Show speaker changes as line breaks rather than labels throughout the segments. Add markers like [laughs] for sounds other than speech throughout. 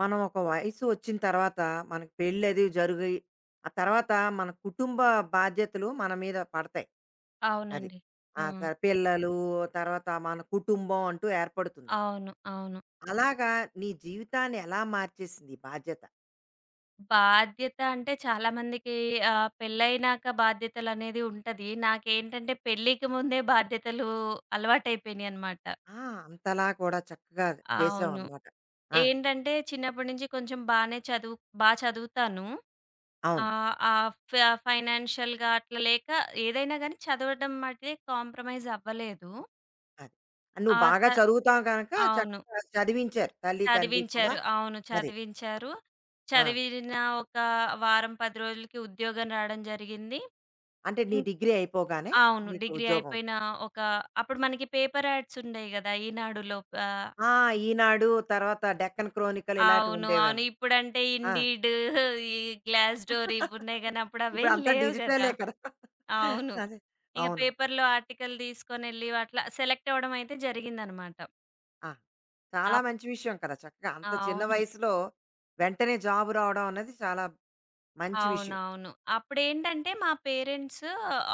మనం ఒక వయసు వచ్చిన తర్వాత మనకు పెళ్ళి అది జరిగి ఆ తర్వాత మన కుటుంబ బాధ్యతలు మన మీద పడతాయి. అది
అవునండి. ఆ!
పిల్లలు తర్వాత మన కుటుంబం అంటూ ఏర్పడుతుంది అక్కడ.
అవును. అవును.
అలాగా, నీ జీవితాన్ని ఎలా మార్చేసింది ఈ బాధ్యత?
బాధ్యత అంటే చాలా మందికి పెళ్లయినాక బాధ్యతలనేది ఉంటది. నాకేంటంటే పెళ్ళికి ముందే బాధ్యతలు అలవాటయిపోయినియనమాట.
ఆ, అంతలా కూడా చక్కగా చేసావు
అవును.
అనమాట.
ఏంటంటే చిన్నప్పటి నుంచి కొంచెం బానే చదువుతాను.
అవును.
ఆహ్, ఆహ్, ఫ ఫైనాన్షియల్‌గా అట్లా లేక ఏదైనా గానీ చదవడం మటికి కాంప్రమైజ్ అవ్వలేదు.
అది ఆ, నువ్వు
ఆ! త
బాగా చదువుతావు కనుక
అవును.
చక్కగా చదివించారు తల్లి తండ్రి కూడా.
చదివించారు. అవును.
అది
చదివించారు.
ఆ,
చదివిన ఒక వారం, 10 రోజులకి ఉద్యోగం రావడం జరిగింది.
అంటే నీ
ఇం
డిగ్రీ అయిపోగానే
అవును.
నీకు
డిగ్రీ
ఉద్యోగం.
అయిపోయిన ఒక అప్పుడు మనకి పేపర్ యాడ్స్ ఉండేయి గదా! ఈనాడులో. ఆహ్,
ఆ! ఈనాడు తర్వాత 'డెక్కన్ క్రోనికల్' ఇలాంటివి
అవును. అవును.
ఉండేవేమో.
ఇప్పుడంటే
ఆ!
ఇండీడ్, ఈ గ్లాస్ డోర్ ఇవున్నాయి
[laughs]
గానీ అప్పుడు
ఇప్పుడు
అవేం
అంతా
లేవు గదా!
డిజిటలే కదా!
అవును.
అదే.
ఇగ
అవును.
పేపర్‌లో ఆర్టికల్ తీసుకొనెళ్ళి అట్లా సెలెక్ట్ అవ్వడం అయితే జరిగిందనమాట.
ఆ! చాలా
అప్
మంచి విషయం కదా! చక్కగా అంత చిన్న
అవును.
వయసులో వెంటనే జాబ్ రావడం అన్నది చాలా మంచి విషయం.
అవునవును. అప్పుడేంటంటే మా పేరెంట్స్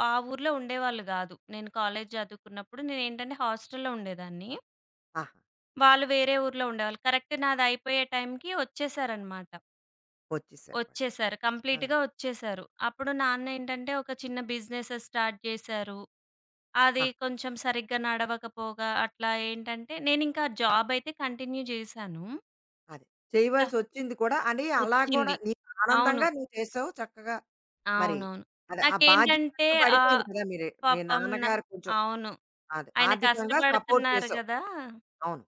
ఆ ఊర్లో ఉండేవాళ్ళు గాదు. నేను కాలేజీ చదువుకున్నప్పుడు నేనేంటంటే హాస్టల్‌లో ఉండేదాన్ని.
ఆహా!
వాళ్ళు వేరే ఊర్లో ఉండేవాళ్ళు. కరెక్ట్ నాదయిపోయే టైంకి వచ్చేసారనమాట.
వచ్చేసారు వాళ్ళు.
వచ్చేసారు.
ఆ!
కంప్లీట్‌గా వచ్చేసారు. అప్పుడు నాన్నేంటంటే ఒక చిన్న బిజినెస్ స్టార్ట్ జేశారు. అది
ఆ!
కొంచెం సరిగ్గా నడవకపోగా అట్లా ఏంటంటే నేనింకా జాబయితే కంటిన్యూ జేశాను.
అదే.
ఆ!
చేయవలసొచ్చింది కూడా అని, అలా కూడా
వచ్చింది.
నీకు ఆనందంగా
అవును.
నువ్వు చేసావు చక్కగా. మరి
అవునవును.
అదే ఆ బాధ్యత
నాకేంటంటే
అంటూ
ఆహ్
పడిపోయింది కదా! మీరే, మీ
పాపం న
నాన్నగారు కొంచెం
అవును.
అదే
ఆయన
ఆర్థికంగా సపోర్ట్
కష్టపడుతున్నారు
చేసావు.
గదా!
అవును.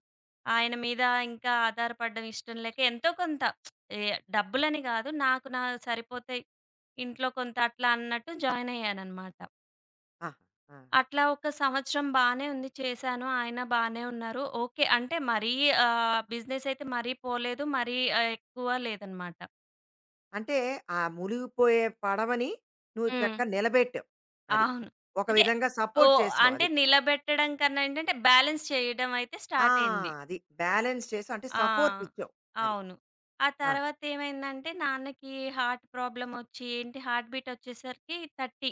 ఆయన మీద ఇంకా ఆధారపడడం ఇష్టం లేక ఎంతో కొంత ఏ డబ్బులని గాదు. నాకు నా సరిపోతాయి. ఇంట్లో కొంత అట్లా అన్నట్టు జాయిన్ అయ్యాననమాట.
ఆహా! ఆ!
అట్లా ఒక సంవత్సరం బానే ఉంది. చేశాను. ఆయన బానే ఉన్నారు. ఓకే. అంటే మరీ బిజినెస్ అయితే మరీ పోలేదు. మరీ ఎక్కువ లేదనమాట.
అంటే ఆ మునిగిపోయే పడవని నువ్వు
హ్మ్.
చక్కగా నిలబెట్టావు. అది.
అవును.
ఒక
అంటే
విధంగా సపోర్ట్
ఓహ్!
చేసావు
అంటే
అది.
నిలబెట్టడం కన్నా ఏంటంటే, బ్యాలెన్స్ చేయడం అయితే
ఆ!
స్టార్ట్ అయింది.
అది. బ్యాలెన్స్ చేసావు అంటే సపోర్ట్
ఆ!
ఇచ్చావు. అది.
అవును. ఆ
ఆ!
తర్వాతేమైందంటే నాన్నకి హార్ట్ ప్రాబ్లమొచ్చి ఏంటి హార్ట్ బీటొచ్చేసరికి 30,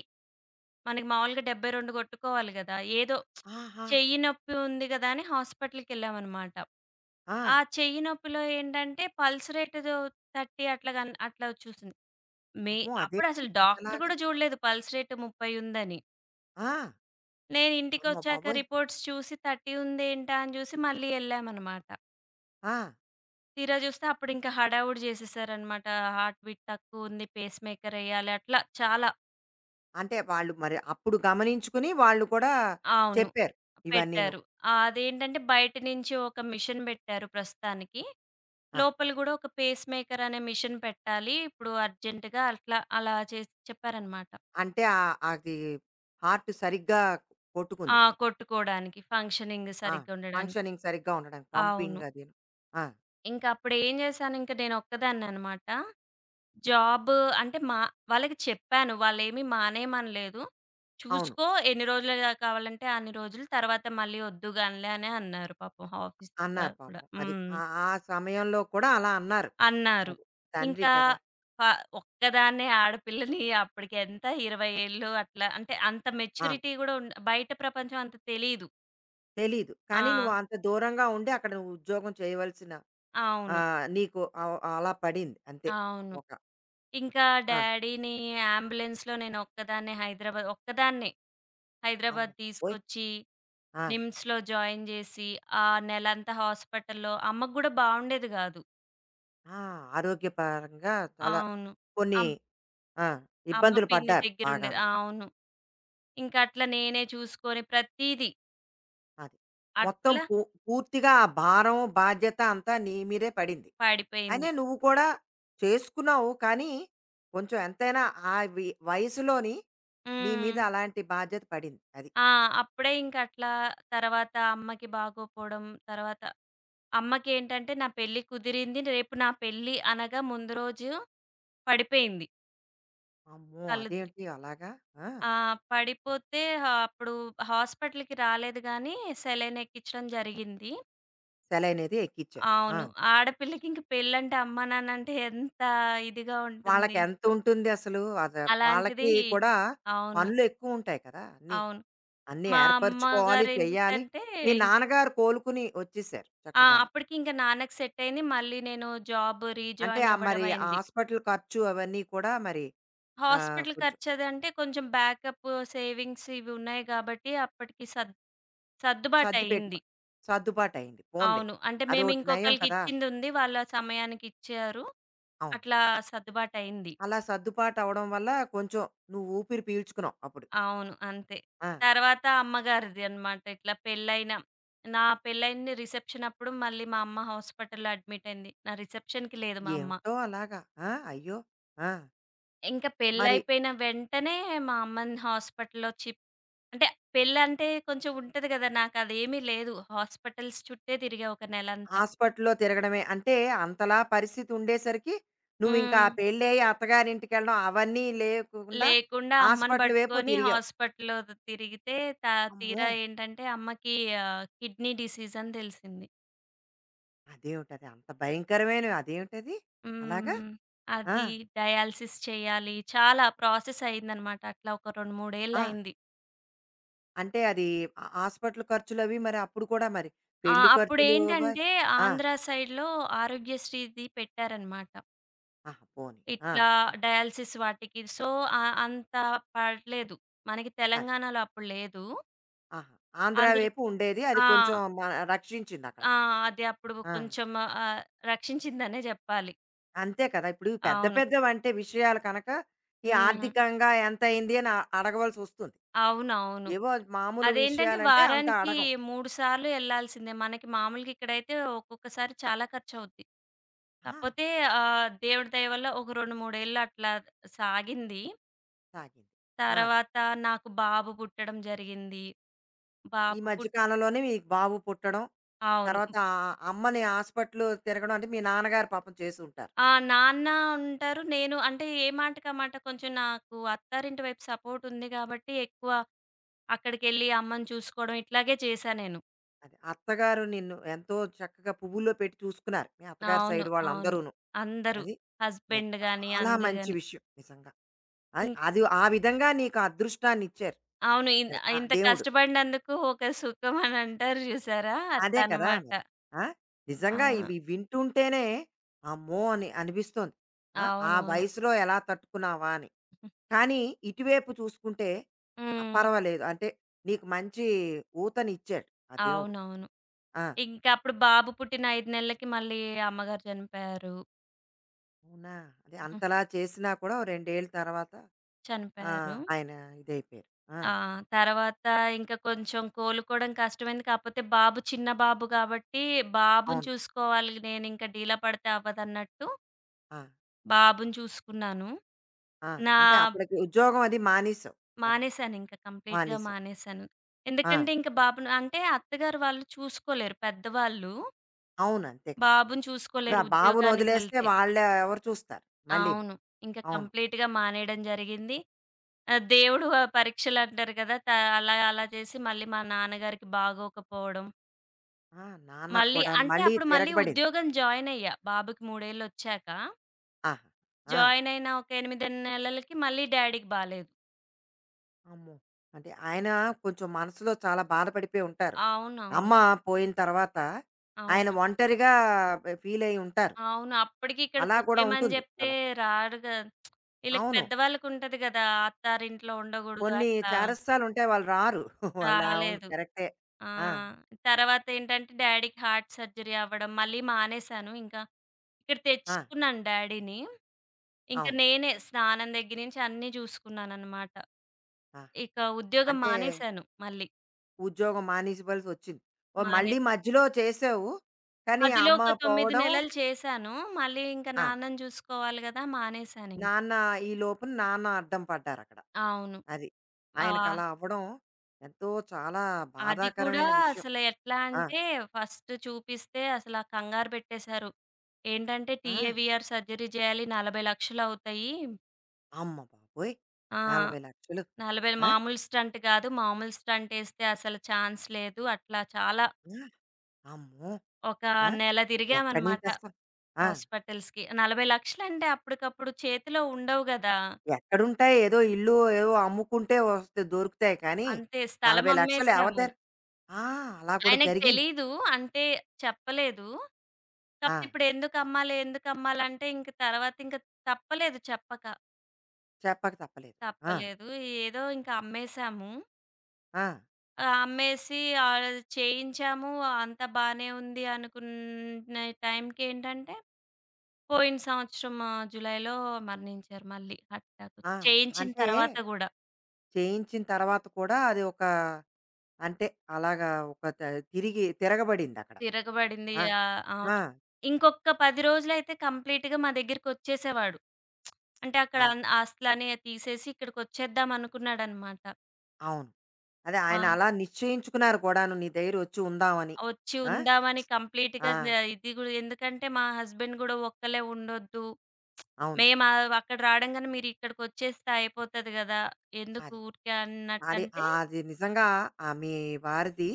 మనకి మామూలుగా 72 కొట్టుకోవాలి గదా! ఏదో
ఆహా!
చెయ్యి నొప్పి ఉంది గదా! అని హాస్పిటల్‌కెళ్ళామనమాట.
ఆ!
ఆ చెయ్యి నొప్పిలో ఏంటంటే పల్స్ రేట్ 30 అట్లా గన్ అట్లా చూసింది. మే
అమ్మో! అదేంటి
అప్పుడసలు డాక్టర్
ఇంతలాగా?
గూడా జూడలేదు పల్స్ రేట్ 30 ఉందని.
ఆ!
నేను
అమ్మ
ఇంటికొచ్చాక
బాబోయ్!
రిపోర్ట్స్ చూసి 30 ఉందేంటా అని జూసి మళ్ళీ ఎళ్ళామనమాట.
ఆ!
తీరా జూస్తే అప్పుడింకా హడావుడి జేసేసారనమాట. హార్ట్ బీట్ తక్కువుంది, పేస్ మేకరెయ్యాలి అట్లా చాలా.
అంటే వాళ్ళు మరి అప్పుడు గమనించుకుని వాళ్ళు కూడా
అవును.
చెప్పారు ఇవన్నీను.
పెట్టారు. అదేంటంటే బయట నుంచి ఒక మిషన్ బెట్టారు ప్రస్తుతానికి.
ఆ!
లోపల గూడా ఒక పేస్ మేకరనే మిషన్ పెట్టాలి. ఇప్పుడు అర్జెంట్‌గా అట్లా అలా చేసి చెప్పారనమాట.
అంటే అది హార్ట్ సరిగ్గా
ఆ!
కొట్టుకుందికి.
కొట్టుకోడానికి. ఫంక్షనింగ్
ఆ!
సరిగ్గా ఉండడానికి.
ఫంక్షనింగ్ సరిగ్గా ఉండడానికి,
అవును.
పంపింగ్ అదీను. ఆ!
ఇంకప్పుడేం జేశానింక నేనొక్కదాన్ననమాట. జాబ్ అంటే మా వాళ్ళకి చెప్పాను. వాళ్ళేమి మానేయమనలేదు.
అవును.
చూసుకో ఎన్ని రోజులు గా కావాలంటే అన్ని రోజులు. తర్వాత మళ్ళీ ఒద్దు గానిలే అనే అన్నారు పాపం ఆఫీస్
అన్నారు
కూడా.
పాపం. అది.
హ్మ్.
ఆ, ఆ సమయంలో కూడా అలా అన్నారు.
అన్నారు.
అది. తండ్రి
ఇంకా
కదా!
ప ఒక్కదాన్నే ఆడపిల్లని అప్పటికెంత 20 ఏళ్ళు అట్లా అంటే అంత
ఆ!
మెచ్యూరిటీ గూడా ఉండ బయట ప్రపంచం అంత తెలీదు.
తెలీదు. కానీ నువ్వు
ఆ!
అంత దూరంగా ఉండి అక్కడ నువ్వు ఉద్యోగం చేయవలసిన,
అవును.
నీకు అలా పడింది అంతే.
అవును.
ఒక
ఇంకా
ఆ!
డ్యాడీని అంబులెన్స్‌లో నేను ఒక్కదాన్నే
అమ్మ
హైదరాబాద్
బాబోయ్!
తీసుకొచ్చి
ఆ!
నిమ్స్‌లో జాయిన్ జేసి, ఆ నెలంతా హాస్పిటల్‌లో అమ్మకు గూడా బావుండేది గాదు.
ఆ! ఆరోగ్యపరంగా చాలా
అవును.
కొన్ని
అమ్
ఆ!
అమ్మ
ఇబ్బందులు
పిన్ని
పడ్డారు
దగ్గరుండేది.
బాగాను.
అవును. ఇంక అట్లా నేనే చూసుకొని ప్రతీదీ
అది. మొత్తం
అట్లా
పూర్తిగా ఆ భారం, బాధ్యత అంతా నీ మీదే పడింది. అనే
పడిపోయింది.
నువ్వు కూడా చేసుకున్నావు. కానీ, కొంచెం ఎంతైనా ఆ వయసులోని నీ
హ్మ్.
మీద అలాంటి బాధ్యత పడింది. అది.
ఆ! అప్పుడే ఇంక అట్లా తర్వాత అమ్మకి బాగోపోవడం, తర్వాత అమ్మకేంటంటే నా పెళ్లి కుదిరింది. రేపు నా పెళ్లి అనగా ముందు రోజు పడిపోయింది
అమ్మో!
కళ్ళు తిరిగి.
అదేంటి అలాగా? ఆ!
ఆ! పడిపోతే హా అప్పుడు హాస్పిటల్‌కి రాలేదు గానీ సెలైన్ ఎక్కించడం జరిగింది.
సెలైనది ఎక్కిచ్చారు. ఆ!
అవును. ఆడపిల్లకి ఇంక పెళ్ళంటే అమ్మ, నాన్న అంటే ఎంత ఇదిగా ఉంటుంది.
వాళ్ళకెంతుంటుంది అసలు?
అలాంటిది
వాళ్ళకి కూడా
అవును.
పనులెక్కువుంటాయి కదా! అన్నీ.
అవును.
అన్నీ
మా
ఏర్పరుచుకోవాలి, చెయ్యాలి.
అమ్మగారేంటంటే
మీ నాన్నగారు కోలుకుని వచ్చేసారు
ఆ!
చక్కగాను.
అప్పటికి ఇంక నాన్నకి సెట్ అయింది. మళ్ళీ నేను జాబ్
అంటే
రీజాయిన్
మరి
అవ్వడం
ఆ
అయింది.
హాస్పిటల్ ఖర్చు అవన్నీ కూడా మరి
హాస్పిటల్
కొంచెం
ఖర్చదంటే కొంచెం బ్యాకప్ సేవింగ్స్ ఇవి ఉన్నాయి కాబట్టి అప్పటికి
సర్ది పెట్టుకో,
సర్దుబాటయింది.
సర్దుబాటయింది. పోన్లే.
అవును. అంటే మేము
అదోటి నయం కదా!
ఇంకొకళ్ళకిచ్చిందుంది. వాళ్ళ సమయానికిచ్చారు.
అవును.
అట్లా సర్దుబాటయింది.
అలా సర్దుబాటు అవ్వడం వల్ల కొంచెం నువ్వు ఊపిరి పీల్చుకున్నావు అప్పుడు.
అవును. అంతే.
ఆ!
తర్వాత అమ్మగారిది అన్నమాట. ఇట్లా పెళ్ళైన నా పెళ్ళయింది రిసెప్షన్ అప్పుడు మళ్ళీ మా అమ్మ హాస్పిటల్‌లో అడ్మిట్ అయింది. నా రిసెప్షన్‌కి లేదు మా అమ్మ.
ఏమిటో అలాగా. ఆ! అయ్యో! ఆ!
ఇంకా
మరి
పెళ్ళయిపోయిన వెంటనే మా అమ్మని హాస్పిటల్‌లో అంటే పెళ్ళంటే కొంచెం ఉంటది గదా! నాకదేమీ లేదు. హాస్పిటల్స్ చుట్టే తిరిగా ఒక నెలంతా.
హాస్పిటల్‌లో తిరగడమే. అంటే అంతలా పరిస్థితి ఉండేసరికి నువ్వింకా
హ్మ్.
పెళ్ళయ్యి అత్తగారింటికెళ్ళడం అవన్నీ లేకుండా
లేకుండా అమ్మని
హాస్పిటల్ వైపు
పట్టుకొని
తిరిగావు.
హాస్పిటల్‌లో తిరిగితే త
అమ్మో!
తీరా ఏంటంటే అమ్మకి కిడ్నీ డిసీజ్ అని తెలిసింది.
అదేమిటది? అంత భయంకరమైనవి అదేమిటది? అలాగా?
హ్మ్.
ఆ!
అది డయాలిసిస్ చేయాలి. చాలా ప్రాసెస్ అయిందనమాట. అట్లా ఒక 2, 3 ఏళ్ళు
ఆ!
అయింది.
అంటే అది ఆ హాస్పిటల్ ఖర్చులవి మరి అప్పుడు కూడా మరి
ఆ!
పెళ్లి ఖర్చులు వ
అప్పుడేంటంటే
ఆ!
ఆంధ్ర సైడ్‌లో ఆరోగ్యశ్రీది పెట్టారనమాట.
ఆహా! పోనీ. ఆ!
ఇట్లా డయాలిసిస్ వాటికి. సో, అంత పడలేదు. మనకి
అది.
తెలంగాణలో అప్పుడు లేదు.
ఆహా! ఆంధ్ర
ఆంధ్ర
వైపు ఉండేది. అది
ఆ!
కొంచెం రక్షించిందక్కడ.
ఆ! అది అప్పుడు
ఆ!
కొంచెం ఆహ్, రక్షించిందనే జెప్పాలి.
అంతే కదా! ఇప్పుడు పెద్ద
అవును.
పెద్దవంటే విషయాలు కనక, ఈ
హ్మ్.
ఆర్థికంగా ఎంతయింది అని అడగవలసొస్తుంది.
అవునవును.
ఏవో మామూలు
అదేంటంటే
విషయాలంటే అంత
వారానికి
అడగం.
3 సార్లు ఎళ్ళాల్సిందే. మనకి మామూలుగా ఇక్కడైతే ఒక్కొక్కసారి చాలా ఖర్చవుద్ది.
ఆ!
కాపోతే దేవుడి దయ వల్ల ఒక 2, 3 ఏళ్ళు అట్లా సాగింది.
సాగింది. ఆ!
తర్వాత నాకు బాబు పుట్టడం జరిగింది.
ఈ
బాబు
మధ్య
పుట్
కాలంలోనే మీకు బాబు పుట్టడం,
అవును.
తర్వాత ఆ అమ్మని హాస్పిటల్ తిరగడం అంటే మీ నాన్నగారు పాపం చేసుంటారు.
ఆ! నాన్న ఉంటారు. నేను అంటే ఏ మాటకమాట కొంచెం నాకు అత్తారింటి వైపు సపోర్టుంది గాబట్టి ఎక్కువ అక్కడికెళ్ళి అమ్మని చూసుకోవడం ఇట్లాగే చేశా నేను.
అది. అత్తగారు నిన్ను ఎంతో చక్కగా పువ్వుల్లో పెట్టి చూసుకున్నారు. మీ అత్తగారి
అవును.
సైడ్
అవును.
వాళ్ళందరూను.
అందరూ
అది.
హస్బెండ్ గాని
చాలా
అందరు
మంచి
గాని.
విషయం నిజంగా. అది అది ఆ విధంగా నీకు అదృష్టాన్నిచ్చారు.
అవును.
అది. ఆ
ఇంత
దేవుడు.
కష్టపడినందుకు ఒక సుఖం అని అంటారు చూసారా?
అదే
అట్లా
కదా
అన్నమాట.
మరి. ఆ! నిజంగా
ఆ!
ఇవి వింటుంటేనే అమ్మో! అని అనిపిస్తోంది. ఆ! ఆ
అవునవును.
వయసులో ఎలా తట్టుకున్నావా అని. కానీ ఇటువైపు చూసుకుంటే ఆ!
హ్మ్.
పర్వాలేదు. అంటే నీకు మంచి ఊతనిచ్చాడు ఆ దేవుడు.
అవునవును.
ఆ!
ఇంకా అప్పుడు బాబు పుట్టిన 5 నెలలకి మళ్ళీ అమ్మగారు చనిపోయారు.
అవునా! అదే
హ్మ్.
అంతలా చేసినా కూడా ఓ రెండేళ్ళ తర్వాత ఆ!
చనిపోయారు.
ఆయన ఇదైపోయారు. ఆ!
ఆ! తర్వాత ఇంకా కొంచెం కోలుకోవడం కష్టమైంది. కాకపోతే బాబు చిన్న బాబు కాబట్టి, బాబుని
అవును.
చూసుకోవాలి నేనింక డీలా పడితే అవ్వదన్నట్టు
ఆ!
బాబుని చూసుకున్నాను.
ఆ!
నా
అంటే అప్పటికి ఉద్యోగం అది మానేసావు కదా!
మానేశానింక కంప్లీట్‌గా
మానేసావు.
మానేశాను.
ఆ!
ఎందుకంటే, ఇంక బాబును అంటే అత్తగారు వాళ్ళు చూసుకోలేరు. పెద్దవాళ్ళు
అవును. అంతే కదా!
బాబుని
ఇప్పుడు ఆ
చూసుకోలేరు
బాబుని వదిలేస్తే
ఉద్యోగానికెళ్తే.
వాళ్ళు ఎవరు చూస్తారు మళ్ళీను.
అవును. ఇంక
అవును.
కంప్లీట్‌గా మానేయడం జరిగింది. దేవుడు పరీక్షలంటారు కదా! అలా అలా చేసి మళ్ళీ మా నాన్నగారికి బాగోకపోవడం.
ఆ! నాన్నకి
మళ్ళీ
కూడాను
అంటే
మళ్ళీ
అప్పుడు మళ్ళీ
తిరగబడింది.
ఉద్యోగం జాయినయ్యా. బాబుకి మూడేళ్ళొచ్చాక.
ఆహా! ఆ!
జాయినయిన ఒక 8, 8 నెలలకి మళ్ళీ డ్యాడీకి బాలేదు.
అమ్మో! అంటే ఆయన కొంచెం మనసులో చాలా బాధపడిపోయి ఉంటారు.
అవునవును.
అమ్మ పోయిన తర్వాత ఆయన
అవును.
ఒంటరిగా ఫీలయ్యి ఉంటారు.
అవును. అప్పటికి
అలా కూడా
ఇక్కడికొచ్చేయమని
ఉంటుంది
జెప్తే
వాళ్ళకి.
రాడు గ ఈళ్ళకి
అవును.
పెద్దవాళ్ళకుంటది గదా! అత్తారింట్లో ఉండగూడదు
కొన్ని
అట్లా.
చారస్తాలుంటాయి. వాళ్ళు రారు. [laughs] వాళ్ళు అవును.
రాలేదు.
కరెక్టే.
ఆ!
ఆ!
తర్వాతేంటంటే డ్యాడీకి హార్ట్ సర్జరీ అవ్వడం, మళ్ళీ మానేశాను. ఇంకా ఇక్కడ
ఆ!
తెచ్చుకున్నాను డ్యాడీని. ఇంక
అవును.
నేనే స్నానం దగ్గర నుంచి అన్నీ జూసుకున్నాననమాట.
ఆ!
ఇక ఉద్యోగం
అంటే
మానేశాను మళ్ళీ.
ఉద్యోగం మానేసివలసొచ్చింది. ఓహ్! మళ్ళీ
మానేశాను.
మధ్యలో చేసావు. కానీ
మధ్యలో
అమ్మ
ఒక 9
పోవడం
నెలలు చేశాను. మళ్ళీ ఇంక
ఆ!
నాన్నని జూసుకోవాలి గదా! మానేశానింక.
నాన్న, ఈ లోపున నాన్న అడ్డం పడ్డారక్కడ.
అవును.
అది.
ఆ!
ఆయనకలా అవ్వడం ఎంతో చాలా
అది కూడా
బాధాకరమైన విషయం.
అసలు ఎట్లా
ఆ!
అంటే ఫస్ట్ చూపిస్తే అసల కంగారు పెట్టేశారు. ఏంటంటే
ఆ!
టీఏవీఆర్ సర్జరీ జేయాలి 40,00,000 అవుతాయి.
అమ్మ బాబోయ్!
ఆ!
40,00,000.
40
ఆ!
మామూలు స్టంట్ గాదు. మామూలు స్టంట్ ఏస్తే అసలు ఛాన్స్ లేదు. అట్లా చాలా
ఆ! అమ్మో!
ఒక
ఆ!
నెల
ఎక్కడి నుంచి
తిరిగామనమాట
తెస్తాం? ఆ!
హాస్పిటల్స్‌కి. 40,00,000 అంటే అప్పటికప్పుడు చేతిలో ఉండవు గదా!
ఎక్కడుంటాయి? ఏదో ఇల్లు ఏవో అమ్ముకుంటే వస్తే దొరుకుతాయి కానీ,
అంతే స్థలం
40,00,000 ఎవరి
అమ్మేసాము.
దగ్ ఆ! అలా కూడా
ఆయనకి
జరిగింది.
తెలీదు. అంటే చెప్పలేదు.
ఆ!
కాపోతే ఇప్పుడు ఎందుకు అమ్మాలి, ఎందుకు అమ్మాలంటే ఇంక తర్వాత ఇంక తప్పలేదు చెప్పక.
చెప్పక తప్పలేదు. ఆ!
తప్పలేదు. ఏదో ఇంక అమ్మేసాము.
ఆ!
అమ్మేసి ఆహ్, చేయించాము. అంతా బానే ఉంది అనుకున్న టైంకేంటంటే పోయిన సంవత్సరం జులైలో మరణించారు మళ్ళీ హార్ట్ అటాక్.
ఆ!
చేయించిన
అంటే
తర్వాత గూడా
చేయించిన తర్వాత కూడా అది ఒక, అంటే అలాగా ఒక తిరిగి తిరగబడిందక్కడ.
తిరగబడింది.
ఆ! ఆ!
అవును. ఇంకొక 10 రోజులైతే కంప్లీట్‌గా మా దగ్గరికొచ్చేసేవాడు. అంటే అక్కడ అన్
అది.
ఆస్తులన్నీ తీసేసి ఇక్కడికొచ్చేద్దాం అనుకున్నాడనమాట.
అవును. అదే
ఆ!
ఆయన అలా నిశ్చయించుకున్నారు కూడాను నీ దగ్గరొచ్చి ఉందామని.
వచ్చి
ఆ!
ఉందామని
ఆ!
కంప్లీట్‌గా ద ఇది గూడా ఎందుకంటే మా హస్బెండ్ గూడా ఒక్కళ్ళే ఉండొద్దు.
అవును.
మేము అక్కడ రాడంగానే మీరిక్కడికొచ్చేస్తే అయిపోతది గదా! ఎందుకు
అదే.
ఊరికే
అది
అన్నట్టంటే
అది నిజంగా ఆ మీ వారిది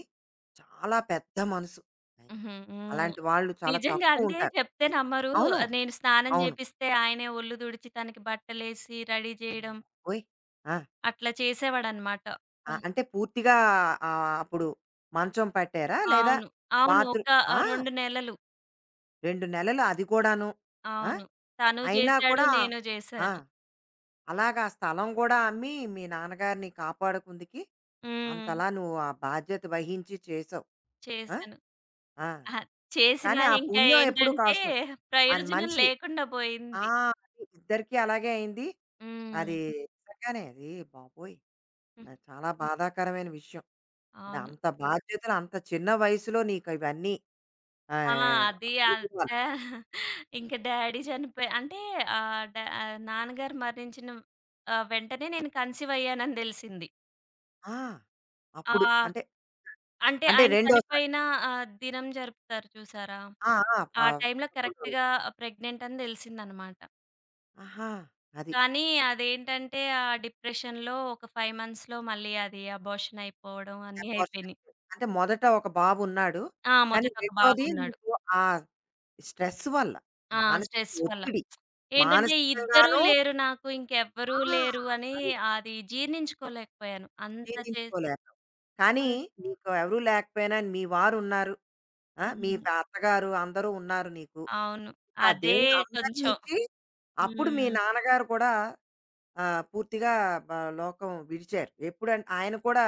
చాలా పెద్ద మనసు. అవును.
హుహు. హ్మ్.
అలాంటి వాళ్ళు చాలా
నిజంగా
తక్కువ
అంటే
ఉంటారు.
చెప్తే నమ్మరు.
అవును.
నేను స్నానం
అవును.
జేపిస్తే ఆయనే ఒళ్ళు తుడిచి తనకి బట్టలేసి రెడీ
అమ్మ
జేయడం
ఓయ్! ఆ!
అట్లా చేసేవాడనమాట.
ఆ! బాబోయ్! అంటే పూర్తిగా అప్పుడు మంచం పట్టారా? లేదా
అవును. అవును. ఒక
బాత్రూమ్? ఆ!
2 నెలలు.
2 నెలలు అది కూడాను. ఆ!
అవును. తను
అయినా
చేశాడు.
కూడా
నేను
ఆ!
చేశాను.
అలాగా ఆ స్థలం గూడా అమ్మి మీ నాన్నగారిని కాపాడుకుందుకి
హ్మ్.
అంతలా నువ్వు ఆ బాధ్యత వహించి చేసావు. ఆ!
చేశాను.
ఆ!
అహా!
కానీ
చేసినా
ఆ
ఇంకా
పుణ్యం ఎప్పుడు
ఏంటంటే
కాస్తుంది. ఆ
ప్రయోజనం
మనిషి
లేకుండా
ఆ!
పోయింది.
అది ఇద్దరికీ అలాగే అయింది.
హ్మ్.
అది హ్మ్. నిజంగానే అది బాబోయ్! అది చాలా బాధాకరమైన విషయం. అది
అవును.
అంత బాధ్యతలు, అంత చిన్న వయసులో నీకు ఇవన్నీ
ఆ!
ఆహ్,
అది అంత
అనుభవాలు.
ఇంక డ్యాడీ చనిపోయి అంటే ఆహ్, డా ఆ నాన్నగారు మరణించిన వెంటనే నేను కన్సీవ్ అయ్యానని తెలిసింది.
ఆ!
ఆ!
అప్పుడు అంటే,
అంటే
అంటే
ఆయన
రెండోసారి.
చనిపోయిన దినం జరుపుతారు చూసారా?
ఆ! ఆ!
ఆ టైంలో
పదకొండో రోజు.
కరెక్ట్‌గా ప్రెగ్నెంట్ అని తెలిసిందనమాట.
ఆహా! అది
కానీ అదేంటంటే, ఆ డిప్రెషన్‌లో ఒక 5 మంత్స్‌లో మళ్ళీ అది అబార్షన్ అయిపోవడం అన్నీ
అబార్షన్
అయిపోయినియి.
అయిపోయింది. అంటే మొదట ఒక బాబున్నాడు.
ఆ!
కానీ
మొదట ఒక
రెండోది
బాబున్నాడు.
నీకు ఆ స్ట్రెస్ వల్ల
ఆ!
మానసిక
స్ట్రెస్ వల్ల.
ఒత్తిడి
ఏంటంటే, ఇద్దరూ
మానసికంగాను
లేరు నాకు, ఇంకెవ్వరూ
ఆ!
లేరు అని
అది.
అది జీర్ణించుకోలేకపోయాను. అంత చే
ఛేదించుకోలేకపోయావు. కానీ
అన్
నీకు ఎవరూ లేకపోయినా మీ వారు ఉన్నారు. ఆ! మీ అత్తగారు అందరూ ఉన్నారు నీకు.
అవును.
ఇప్పుడు ఆ
అదే
దేవుడు అందరిని
కొంచెం.
ఇచ్చి అప్పుడు మీ
హ్మ్.
నాన్నగారు కూడా పూర్తిగా బ లోకం విడిచారు. ఎప్పుడంటే ఆయన కూడా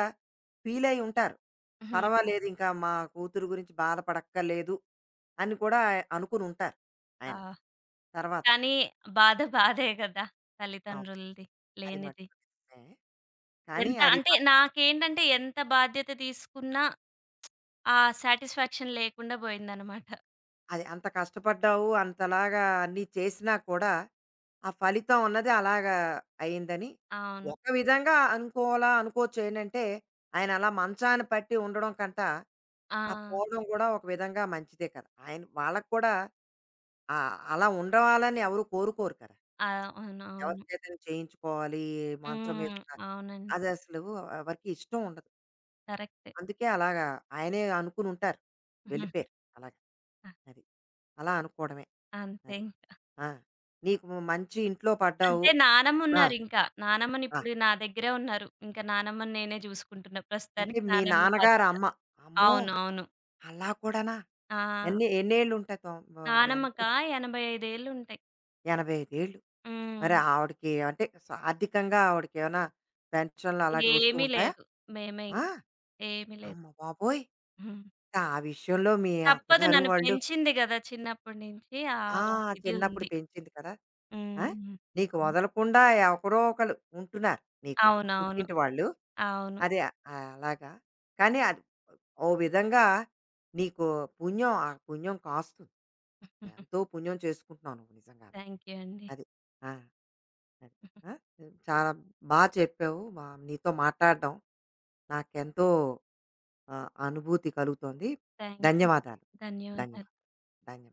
ఫీల్ అయ్యి ఉంటారు.
హ్మ్.
పర్వాలేదు, ఇంకా మా కూతురు గురించి బాధపడక్కర్లేదు అని కూడా అనుకుని ఉంటారు ఆయన,
ఆ!
తర్వాత.
కానీ బాధ బాధే గదా!
అవును.
తల్లిదండ్రులది
అది
లేనిది.
మట్టుకు నిజమే. కానీ
ఎంత
అది,
అంటే నాకేంటంటే ఎంత బాధ్యత తీసుకున్నా ఆ సాటిస్ఫాక్షన్ లేకుండా బోయిందనమాట.
అది అంత కష్టపడ్డావు. అంతలాగా అన్నీ చేసినా కూడా ఆ ఫలితం ఉన్నది అలాగా అయిందని
అవును.
ఒక విధంగా అనుకోవాలా అనుకోవచ్చు. ఏంటంటే, ఆయన అలా మంచాన పట్టి ఉండడం కంట,
ఆ!
ఆ పోవడం కూడా ఒక విధంగా మంచిదే కదా! ఆయన వాళ్ళకి కూడా అలా ఉండవాలని ఎవరు కోరుకోరు కదా!
ఆ!
ఎవరి
అవునవును.
చేతన చేయించుకోవాలి, మంచం మీద
హ్మ్.
ఉండాలి.
అవునండి.
అది అసలు ఎవరికీ ఇష్టం ఉండదు.
కరెక్టే.
అందుకే అలాగా ఆయనే అనుకుని ఉంటారు. వెళ్ళిపోయారు అలాగా.
అ
అది. అలా అనుకోవడమే.
అంతే
అది.
ఇంక.
ఆ! నీకు మంచి ఇంట్లో పడ్డావు.
అంటే
ఆ!
నానమ్మున్నారింకా.
ఆ!
నానమ్మనిప్పుడు నా దగ్గరే ఉన్నారు. ఇంకా నానమ్మని నేనే జూసుకుంటున్నా.
అంటే
ప్రస్తుతానికి
మీ
నానమ్మ
నాన్నగారు
బాధ్యత.
అమ్మ. అమ్మో!
అవును. అవును.
అలా కూడానా?
ఆ!
ఎన్ని ఎన్నేళ్ళు ఉంటాయి? ఆహ్, ఎన
నానమ్మకా 85 ఏళ్లుంటాయి.
85 ఏళ్ళు. మరి
హ్మ్.
ఆవిడకి అంటే ఆర్థికంగా ఆవిడకేమైనా పెన్షన్లు అలాంటివి వస్తూ
ఏమీ
ఉంటాయా?
లేదు. మేమే
ఆ!
ఇంక. ఏమీ లేదు.
అమ్మ బాబోయ్!
హ్మ్.
ఆ విషయంలో మీ
తప్పదు
అత్తగారు
నన్ను
వాళ్ళు
పెంచింది గదా! చిన్నప్పటి నుంచి. ఆ
ఆ!
ఇది
చిన్నప్పుడు
ఉంది.
పెంచింది కదా! ఆ!
హ్మ్.
నీకు
అవును.
వదలకుండా ఎవరో ఒకళ్ళు ఉంటున్నారు నీకు.
అవునవును.
పుట్టింటి వాళ్ళు.
అవును.
అదే ఆ- అలాగా. కానీ అది ఓ విధంగా నీకు పుణ్యం, ఆ పుణ్యం కాస్తుంది. ఎంతో
[laughs]
పుణ్యం చేసుకుంటున్నావు నువ్వు నిజంగాను.
థ్యాంక్ యూ అండి.
అది. ఆ! అది. ఆ! చాలా చెప్పావు. నీతో మాట్లాడడం నాకెంతో అనుభూతి కలుగుతోంది.
Thank you.
ధన్యవాదాలు.
ధన్యవాదాలు.
ధన్యవాదాలు. ధన్యవాదాలు.